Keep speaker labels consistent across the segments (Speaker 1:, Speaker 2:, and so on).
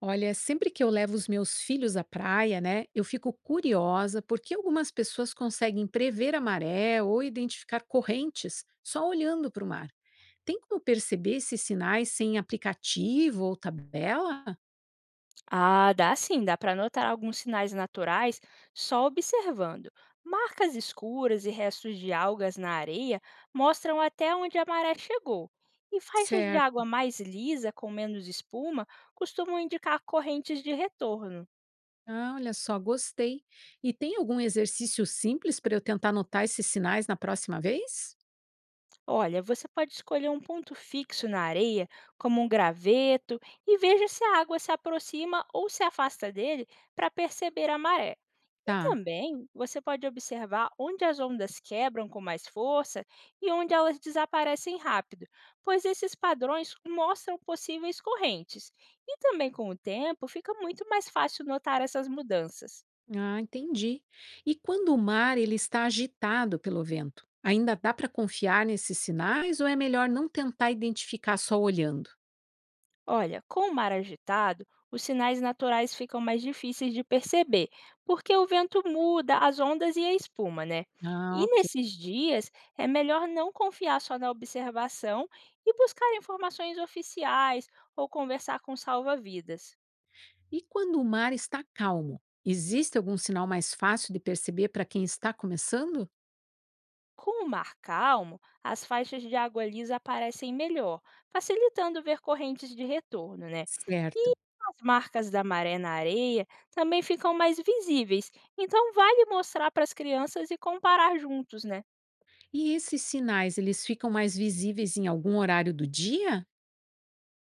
Speaker 1: Olha, sempre que eu levo os meus filhos à praia, né, eu fico curiosa porque algumas pessoas conseguem prever a maré ou identificar correntes só olhando para o mar. Tem como perceber esses sinais sem aplicativo ou tabela?
Speaker 2: Ah, dá sim, dá para notar alguns sinais naturais só observando. Marcas escuras e restos de algas na areia mostram até onde a maré chegou. E faixas de
Speaker 1: Certo.
Speaker 2: água mais lisa, com menos espuma, costumam indicar correntes de retorno.
Speaker 1: Ah, olha só, gostei. E tem algum exercício simples para eu tentar anotar esses sinais na próxima vez?
Speaker 2: Olha, você pode escolher um ponto fixo na areia, como um graveto, e veja se a água se aproxima ou se afasta dele para perceber a maré. E
Speaker 1: Tá.
Speaker 2: também você pode observar onde as ondas quebram com mais força e onde elas desaparecem rápido, pois esses padrões mostram possíveis correntes. E também com o tempo fica muito mais fácil notar essas mudanças.
Speaker 1: Ah, entendi. E quando o mar ele está agitado pelo vento, ainda dá para confiar nesses sinais ou é melhor não tentar identificar só olhando?
Speaker 2: Olha, com o mar agitado, os sinais naturais ficam mais difíceis de perceber, porque o vento muda, as ondas e a espuma, né?
Speaker 1: Ah,
Speaker 2: E
Speaker 1: ok.
Speaker 2: nesses dias, é melhor não confiar só na observação e buscar informações oficiais ou conversar com salva-vidas.
Speaker 1: E quando o mar está calmo, existe algum sinal mais fácil de perceber para quem está começando?
Speaker 2: Com o mar calmo, as faixas de água lisa aparecem melhor, facilitando ver correntes de retorno, né?
Speaker 1: Certo.
Speaker 2: E as marcas da maré na areia também ficam mais visíveis, então vale mostrar para as crianças e comparar juntos, né?
Speaker 1: E esses sinais, eles ficam mais visíveis em algum horário do dia?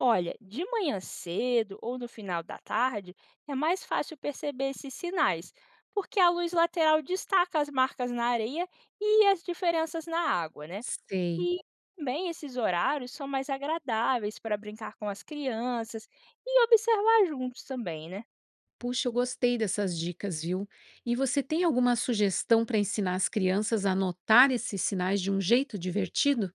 Speaker 2: Olha, de manhã cedo ou no final da tarde é mais fácil perceber esses sinais, porque a luz lateral destaca as marcas na areia e as diferenças na água, né?
Speaker 1: Sei.
Speaker 2: E também esses horários são mais agradáveis para brincar com as crianças e observar juntos também, né?
Speaker 1: Puxa, eu gostei dessas dicas, viu? E você tem alguma sugestão para ensinar as crianças a notar esses sinais de um jeito divertido?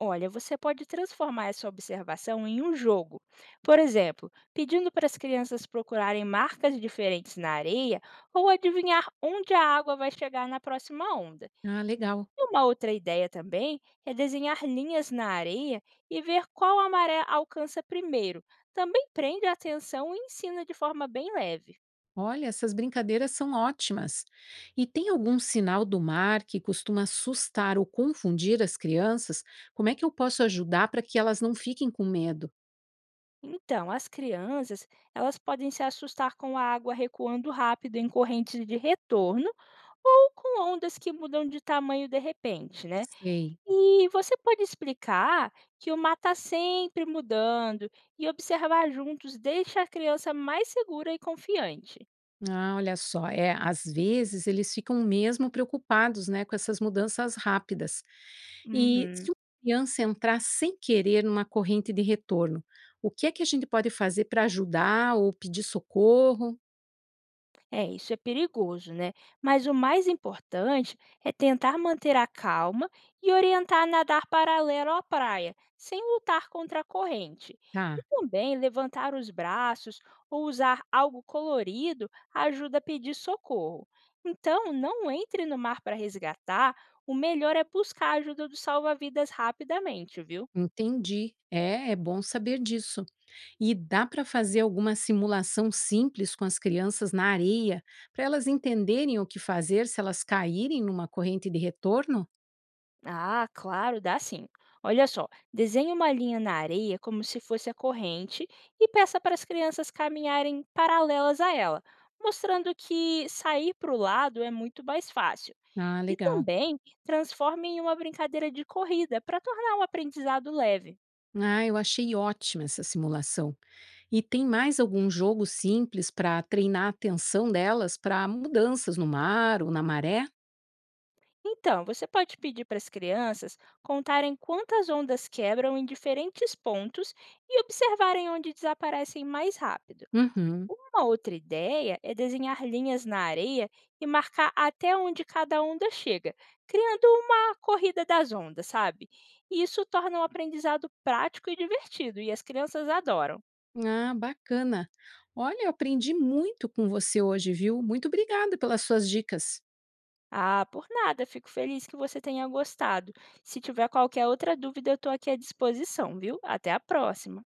Speaker 2: Olha, você pode transformar essa observação em um jogo. Por exemplo, pedindo para as crianças procurarem marcas diferentes na areia ou adivinhar onde a água vai chegar na próxima onda.
Speaker 1: Ah, legal.
Speaker 2: E uma outra ideia também é desenhar linhas na areia e ver qual a maré alcança primeiro. Também prende a atenção e ensina de forma bem leve.
Speaker 1: Olha, essas brincadeiras são ótimas. E tem algum sinal do mar que costuma assustar ou confundir as crianças? Como é que eu posso ajudar para que elas não fiquem com medo?
Speaker 2: Então, as crianças, elas podem se assustar com a água recuando rápido em correntes de retorno ou com ondas que mudam de tamanho de repente, né?
Speaker 1: Sei.
Speaker 2: E você pode explicar que o mar está sempre mudando e observar juntos deixa a criança mais segura e confiante.
Speaker 1: Ah, olha só, é, às vezes eles ficam mesmo preocupados, né, com essas mudanças rápidas. E
Speaker 2: Uhum.
Speaker 1: se uma criança entrar sem querer numa corrente de retorno, o que é que a gente pode fazer para ajudar ou pedir socorro?
Speaker 2: É, isso é perigoso, né? Mas o mais importante é tentar manter a calma e orientar a nadar paralelo à praia, sem lutar contra a corrente. E
Speaker 1: Tá,
Speaker 2: também levantar os braços ou usar algo colorido ajuda a pedir socorro. Então, não entre no mar para resgatar, o melhor é buscar a ajuda do salva-vidas rapidamente, viu?
Speaker 1: entendi. É, é bom saber disso. E dá para fazer alguma simulação simples com as crianças na areia, para elas entenderem o que fazer se elas caírem numa corrente de retorno?
Speaker 2: Ah, claro, dá sim. Olha só, desenhe uma linha na areia como se fosse a corrente e peça para as crianças caminharem paralelas a ela, mostrando que sair para o lado é muito mais fácil.
Speaker 1: Ah,
Speaker 2: E
Speaker 1: legal.
Speaker 2: também transforme em uma brincadeira de corrida para tornar o aprendizado leve.
Speaker 1: Ah, eu achei ótima essa simulação. E tem mais algum jogo simples para treinar a atenção delas para mudanças no mar ou na maré?
Speaker 2: Então, você pode pedir para as crianças contarem quantas ondas quebram em diferentes pontos e observarem onde desaparecem mais rápido.
Speaker 1: Uhum.
Speaker 2: Uma outra ideia é desenhar linhas na areia e marcar até onde cada onda chega, criando uma corrida das ondas, sabe? E isso torna o aprendizado prático e divertido, e as crianças adoram.
Speaker 1: Ah, bacana. Olha, eu aprendi muito com você hoje, viu? Muito obrigada pelas suas dicas.
Speaker 2: Ah, por nada, fico feliz que você tenha gostado. Se tiver qualquer outra dúvida, eu estou aqui à disposição, viu? Até a próxima!